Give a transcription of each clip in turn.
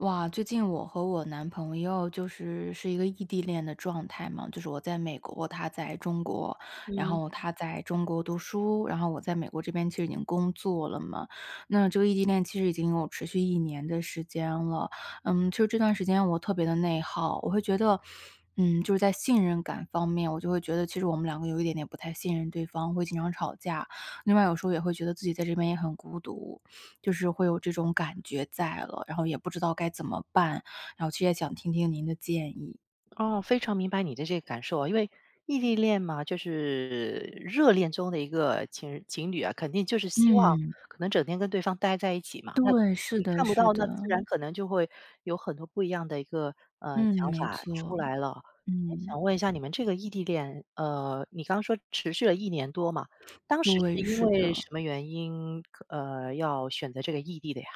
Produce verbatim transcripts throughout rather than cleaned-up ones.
哇，最近我和我男朋友就是是一个异地恋的状态嘛，就是我在美国，他在中国，然嗯，后他在中国读书，然后我在美国这边其实已经工作了嘛。那这个异地恋其实已经有持续一年的时间了，嗯，其实这段时间我特别的内耗，我会觉得。嗯，就是在信任感方面，我就会觉得其实我们两个有一点点不太信任对方，会经常吵架。另外，有时候也会觉得自己在这边也很孤独，就是会有这种感觉在了，然后也不知道该怎么办，然后其实也想听听您的建议。哦，非常明白你的这个感受啊，因为异地恋嘛，就是热恋中的一个情情侣啊，肯定就是希望嗯，可能整天跟对方待在一起嘛。那对，是你的，看不是到，的。那自然可能就会有很多不一样的一个呃嗯，想没法出错，来了。哎，嗯，想问一下，你们这个异地恋，呃，你刚说持续了一年多嘛？当时是对，因是为的。什么原因，呃，要选择这个异地的呀？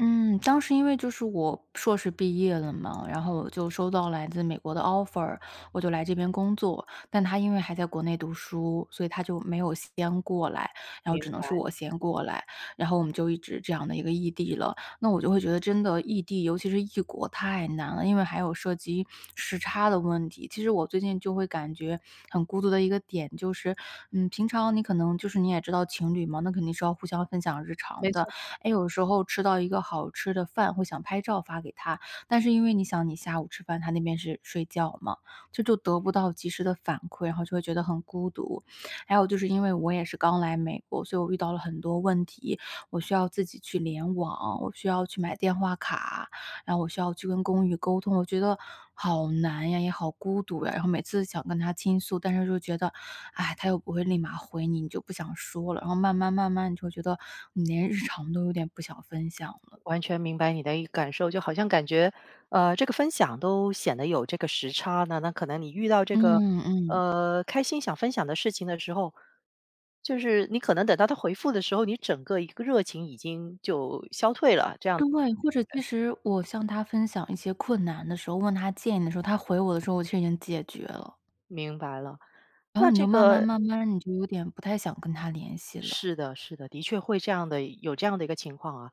嗯，当时因为就是我硕士毕业了嘛，然后我就收到来自美国的 offer，我就来这边工作。但他因为还在国内读书，所以他就没有先过来，然后明只能白，是我先过来，然后我们就一直这样的一个异地了。那我就会觉得真的异地，尤其是异国太难了，因为还有涉及时差的问题。其实我最近就会感觉很孤独的一个点就是，嗯，平常你可能就是你也知道情侣嘛，那肯定是要互相分享日没常的。错。哎，有时候吃到一个好吃的饭会想拍照发给他，但是因为你想你下午吃饭，他那边是睡觉嘛，这就得不到及时的反馈，然后就会觉得很孤独。还有就是因为我也是刚来美国，所以我遇到了很多问题，我需要自己去联网，我需要去买电话卡，然后我需要去跟公寓沟通，我觉得好难呀，也好孤独呀。然后每次想跟他倾诉，但是就觉得，哎，他又不会立马回你，你就不想说了。然后慢慢慢慢，你就觉得你连日常都有点不想分享了。完全明白你的一个感受，就好像感觉，呃，这个分享都显得有这个时差呢。那可能你遇到这个，嗯嗯，呃，开心想分享的事情的时候，就是你可能等到他回复的时候，你整个一个热情已经就消退了。这样对，或者其实我向他分享一些困难的时候，问他建议的时候，他回我的时候，我却已经解决了。明白了。然那后你这就慢慢个慢慢，你就有点不太想跟他联系了。是的，是的，的确会这样的，有这样的一个情况啊。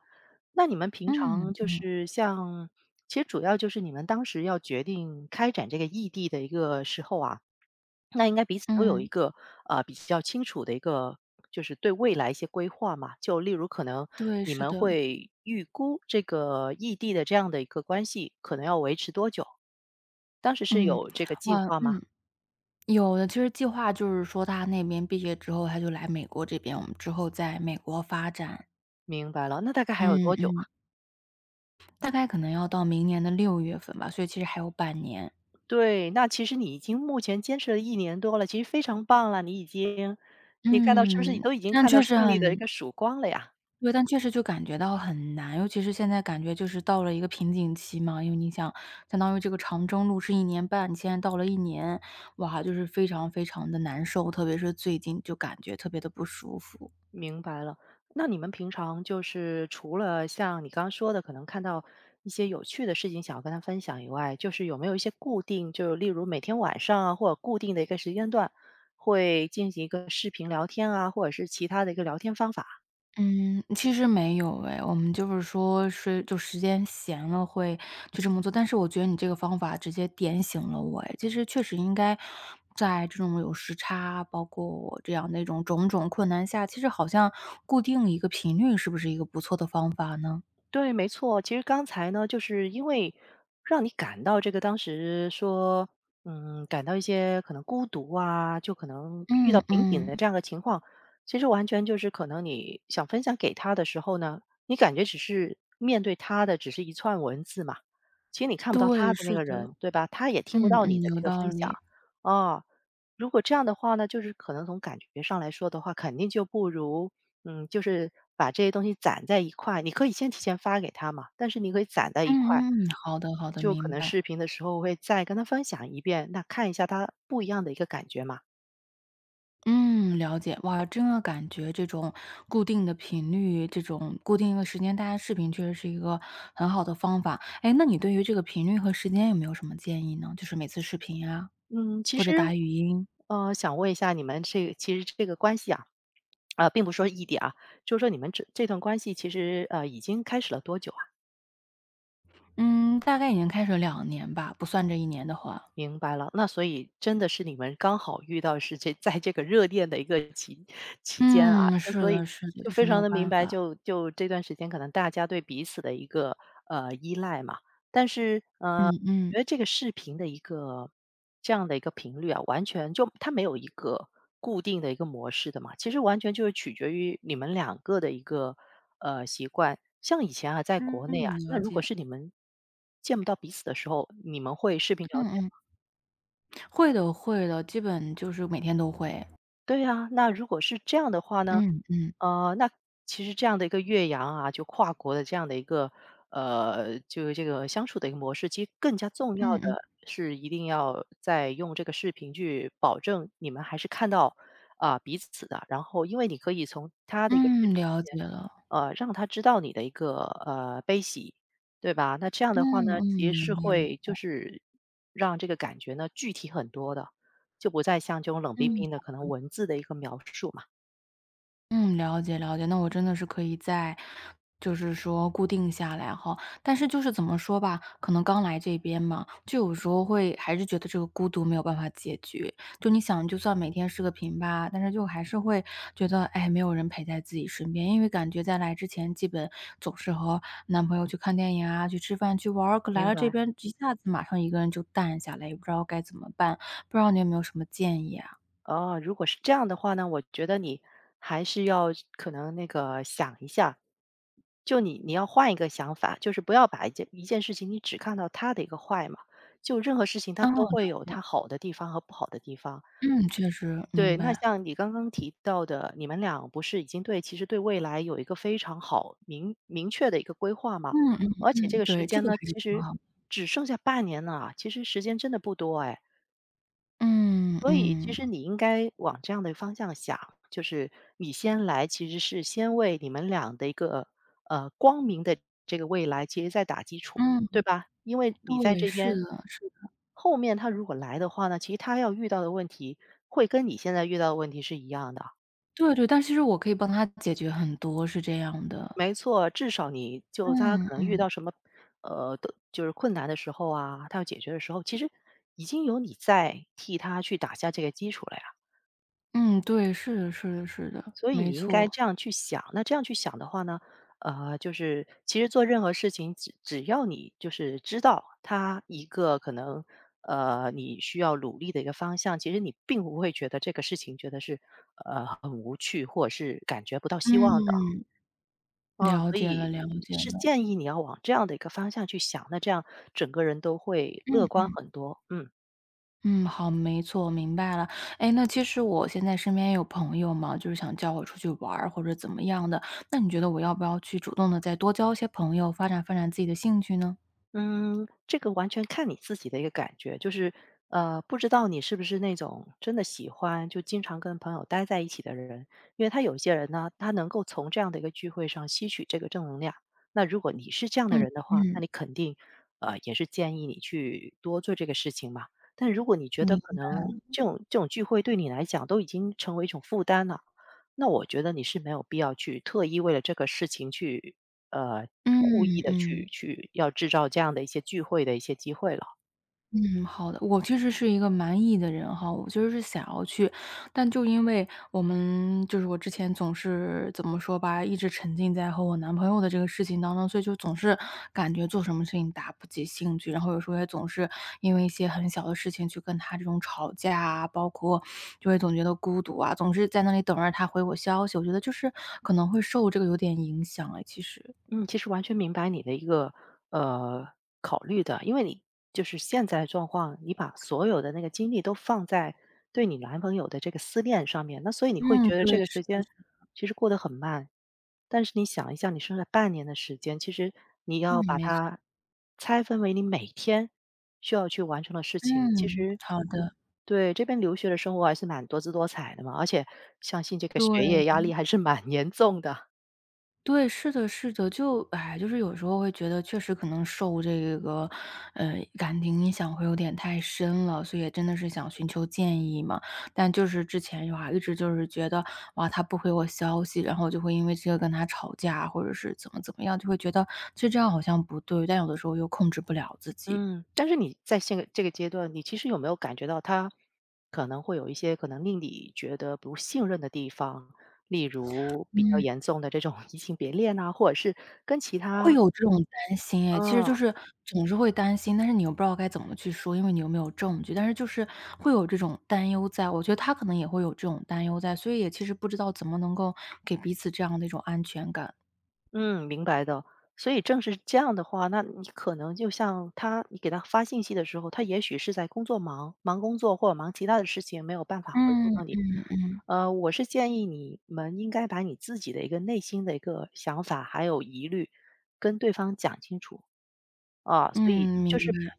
那你们平常嗯就嗯是像，其实主要就是你们当时要决定开展这个异地的一个时候啊。那应该彼此都有一嗯，个呃比较清楚的一个，就是对未来一些规划嘛。就例如可能对，你是们的，会预估这个异地的这样的一个关系，可能要维持多久？当时是嗯，有这个计哇，划吗？嗯。有的，其实计划就是说他那边毕业之后，他就来美国这边，我们之后在美国发展。明白了，那大概还有嗯多久啊？嗯。大概可能要到明年的六月份吧，所以其实还有半年。对，那其实你已经目前坚持了一年多了，其实非常棒了，你已经，你看到是不是你嗯，都已经但看到确实胜利的一很个曙光了呀？对，但确实就感觉到很难，尤其是现在感觉就是到了一个瓶颈期嘛，因为你想相当于这个长征路是一年半，你现在到了一年，哇，就是非常非常的难受，特别是最近就感觉特别的不舒服。明白了。那你们平常就是除了像你刚刚说的，可能看到一些有趣的事情想要跟他分享以外，就是有没有一些固定，就例如每天晚上啊，或者固定的一个时间段，会进行一个视频聊天啊，或者是其他的一个聊天方法？嗯，其实没有哎，我们就是说是就时间闲了会就这么做，但是我觉得你这个方法直接点醒了我哎，其实确实应该在这种有时差，包括我这样的一种种种困难下，其实好像固定一个频率是不是一个不错的方法呢？对，没错。其实刚才呢，就是因为让你感到这个当时说，嗯，感到一些可能孤独啊，就可能遇到嗯瓶颈嗯，的这样的情况，其实完全就是可能你想分享给他的时候呢，你感觉只是面对他的只是一串文字嘛，其实你看不到他对，的那是个的，人，对吧？他也听嗯不到你嗯，的有这个道分享理，啊。如果这样的话呢，就是可能从感觉上来说的话，肯定就不如嗯，就是把这些东西攒在一块，你可以先提前发给他嘛，但是你可以攒在一块，嗯嗯，嗯好的好的，就可明能白。视频的时候会再跟他分享一遍，那看一下他不一样的一个感觉嘛。嗯，了解。哇，真的感觉这种固定的频率，这种固定一个时间，大家视频确实是一个很好的方法。哎，那你对于这个频率和时间有没有什么建议呢？就是每次视频啊，嗯，其或者实打语音。呃，想问一下你们这其实这个关系啊，啊、并不是说异地啊，就是说你们这这段关系其实呃已经开始了多久？嗯，大概已经开始两年吧，不算这一年的话。明白了，那所以真的是你们刚好遇到是这在这个热恋的一个期期间啊，嗯，就是所以的是的，就就是非没常有的明办白，法。就就这段时间可能大家对彼此的一个，呃，依赖嘛。但是，嗯呃，嗯，觉得这个视频的一个这样的一个频率啊，完全就它没有一个固定的一个模式的嘛，其实完全就是取决于你们两个的一个，呃，习惯。像以前啊，在嗯，国内啊，那了如果解。是你们见不到彼此的时候，你们会视频聊天嗯嗯，会的会的，基本就是每天都会。对呀，那如果是这样的话呢，嗯嗯，呃，那其实这样的一个越洋啊，就跨国的这样的一个，呃，就是这个相处的一个模式，其实更加重要嗯嗯，的是一定要在用这个视频去保证你们还是看到啊、彼此的，然后因为你可以从他的一个视嗯，频。了解了。呃，让他知道你的一个呃悲喜，对吧？那这样嗯的话呢，嗯，其实明是白明会白就是让这个感觉呢具体很多的，就不再像这种冷冰嗯。冰的可能文字的一个描述嘛。嗯，了解了解，那我真的是可以在，就是说固定下来哈。但是就是怎么说吧，可能刚来这边嘛，就有时候会还是觉得这个孤独没有办法解决。就你想，就算每天视个频吧，但是就还是会觉得，哎，没有人陪在自己身边，因为感觉在来之前，基本总是和男朋友去看电影啊，去吃饭，去玩儿。可来明了这白边，一下子马上一个人就淡下来，也不知道该怎么办。不知道你有没有什么建议啊？哦，如果是这样的话呢，我觉得你还是要可能那个想一下，就你你要换一个想法，就是不要把一件一件事情你只看到它的一个坏嘛，就任何事情它嗯，都会了有解，它好的地方和不好的地方。嗯，确实对，明那白。像你刚刚提到的，你们俩不是已经对其实对未来有一个非常好明明确的一个规划嗯吗？嗯而且这嗯，个时对，这间个呢，还是其挺实好。只剩下半年了啊，其实时间真的不多哎。嗯所以其嗯。实你应该往这样的方向想，就是你先来，其实是先为你们俩的一个呃光明的这个未来，其实在打基础，嗯，对吧？因为你在对，这是边，的是的。后面他如果来的话呢，其实他要遇到的问题会跟你现在遇到的问题是一样的。对对，但其实我可以帮他解决很多，是这样的。没错，至少你就他嗯可能遇到嗯，什么，呃，的就是困难的时候啊，他要解决的时候，其实已经有你在替他去打下这个基础了呀。嗯，对，是的是的是的，所以没你应该错。这样去想，那这样去想的话呢，呃，就是其实做任何事情，只只要你就是知道他一个可能，呃，你需要努力的一个方向，其实你并不会觉得这个事情觉得是呃很无趣，或者是感觉不到希望的。嗯，嗯，了所解了了以解是了。建议你要往这样的一个方向去想，那这样整个人都会乐观嗯很多。嗯嗯，好，没错，明白了。哎，那其实我现在身边也有朋友嘛，就是想叫我出去玩儿或者怎么样的，那你觉得我要不要去主动的再多交一些朋友，发展发展自己的兴趣呢？嗯，这个完全看你自己的一个感觉，就是呃，不知道你是不是那种真的喜欢就经常跟朋友待在一起的人，因为他有些人呢，他能够从这样的一个聚会上吸取这个正能量。那如果你是这样的嗯人的话，那嗯，你肯定呃也是建议你去多做这个事情嘛。但如果你觉得你。可能这种这种聚会对你来讲都已经成为一种负担了，那我觉得你是没有必要去特意为了这个事情去，呃，故意嗯的去嗯去要制造这样的一些聚会的一些机会了。嗯，好的。我其实是一个蛮 E 的人哈，我就是想要去，但就因为我们就是我之前总是怎么说吧，一直沉浸在和我男朋友的这个事情当中，所以就总是感觉做什么事情打不起兴趣，然后有时候也总是因为一些很小的事情去跟他这种吵架啊，包括就会总觉得孤独啊，总是在那里等着他回我消息，我觉得就是可能会受这个有点影响哎，其实。嗯，其实完全明白你的一个，呃，考虑的，因为你就是现在的状况，你把所有的那个精力都放在对你男朋友的这个思念上面，那所以你会嗯，觉得对，这个是时的，间是的，其实过得很慢。但是你想一下，你剩下半年的时间，其实你嗯，要把没错，它拆分为你每天需要去完成的事情，其嗯，实好的。对，这边留学的生活还是蛮多姿多彩的嘛，而且相信这个学业对，压力还是蛮 严重的。对，是的，是的，就哎，就是有时候会觉得确实可能受这个，呃，感情影响会有点太深了，所以也真的是想寻求建议嘛。但就是之前的话，一直就是觉得哇，他不回我消息，然后就会因为这个跟他吵架，或者是怎么怎么样，就会觉得其实这样好像不对，但有的时候又控制不了自己。嗯，但是你在现这个阶段，你其实有没有感觉到他可能会有一些可能令你觉得不信任的地方？例如比较严重的这种 移情别恋啊，或者是跟其会他有这种担心哎，其实嗯就是总是会担心，但是你又不知道该怎么去说，因为你又没有证据，但是就是会有这种担忧在，我觉得他可能也会有这种担忧在，所以也其实不知道怎么能够给彼此这样的一种安全感。嗯，明白的。所以正是这样的话，那你可能就像他，你给他发信息的时候，他也许是在工作忙，忙工作或者忙其他的事情，没有办嗯法回复到你。嗯嗯，呃，我是建议你们应该把你自己的一个内心的一个想法还有疑虑，跟对方讲清楚。啊，所以嗯，就明是白，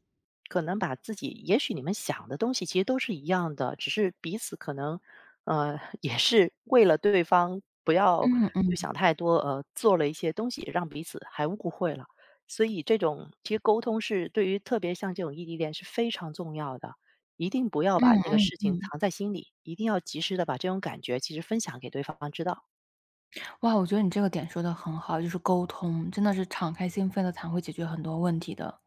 可能把自己也许你们想的东西其实都是一样的，只是彼此可能，呃，也是为了对方不要嗯就嗯，想太多，呃，做了一些东西让彼此还误会了。所以这种其实沟通是对于特别像这种异地恋是非常重要的，一定不要嗯把那个事嗯，情藏在心里，一定要及时的把这种感觉其实分享给对方知道。哇，我觉得你这个点说的很好，就是沟通，真的是敞开心扉的谈，会解决很多问题的。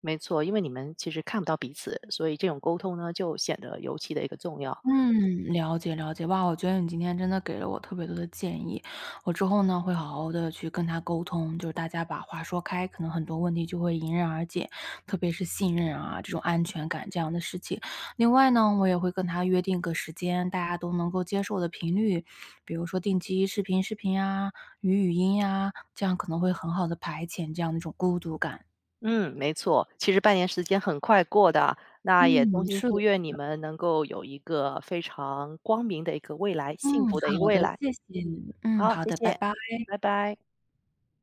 没错，因为你们其实看不到彼此，所以这种沟通呢就显得尤其的一个重要。嗯，了解了解。哇，我觉得你今天真的给了我特别多的建议，我之后呢会好好的去跟他沟通，就是大家把话说开，可能很多问题就会迎刃而解，特别是信任啊，这种安全感这样的事情。另外呢，我也会跟他约定个时间，大家都能够接受的频率，比如说定期视频视频啊，语语音呀，这样可能会很好的排遣这样的一种孤独感。嗯，没错，其实半年时间很快过的，那也衷嗯，心是祝的，愿你们能够有一个非常光明的一个未来，嗯，幸福的一个好未的，来。谢谢你。嗯，好，好谢的，拜谢，拜。拜拜。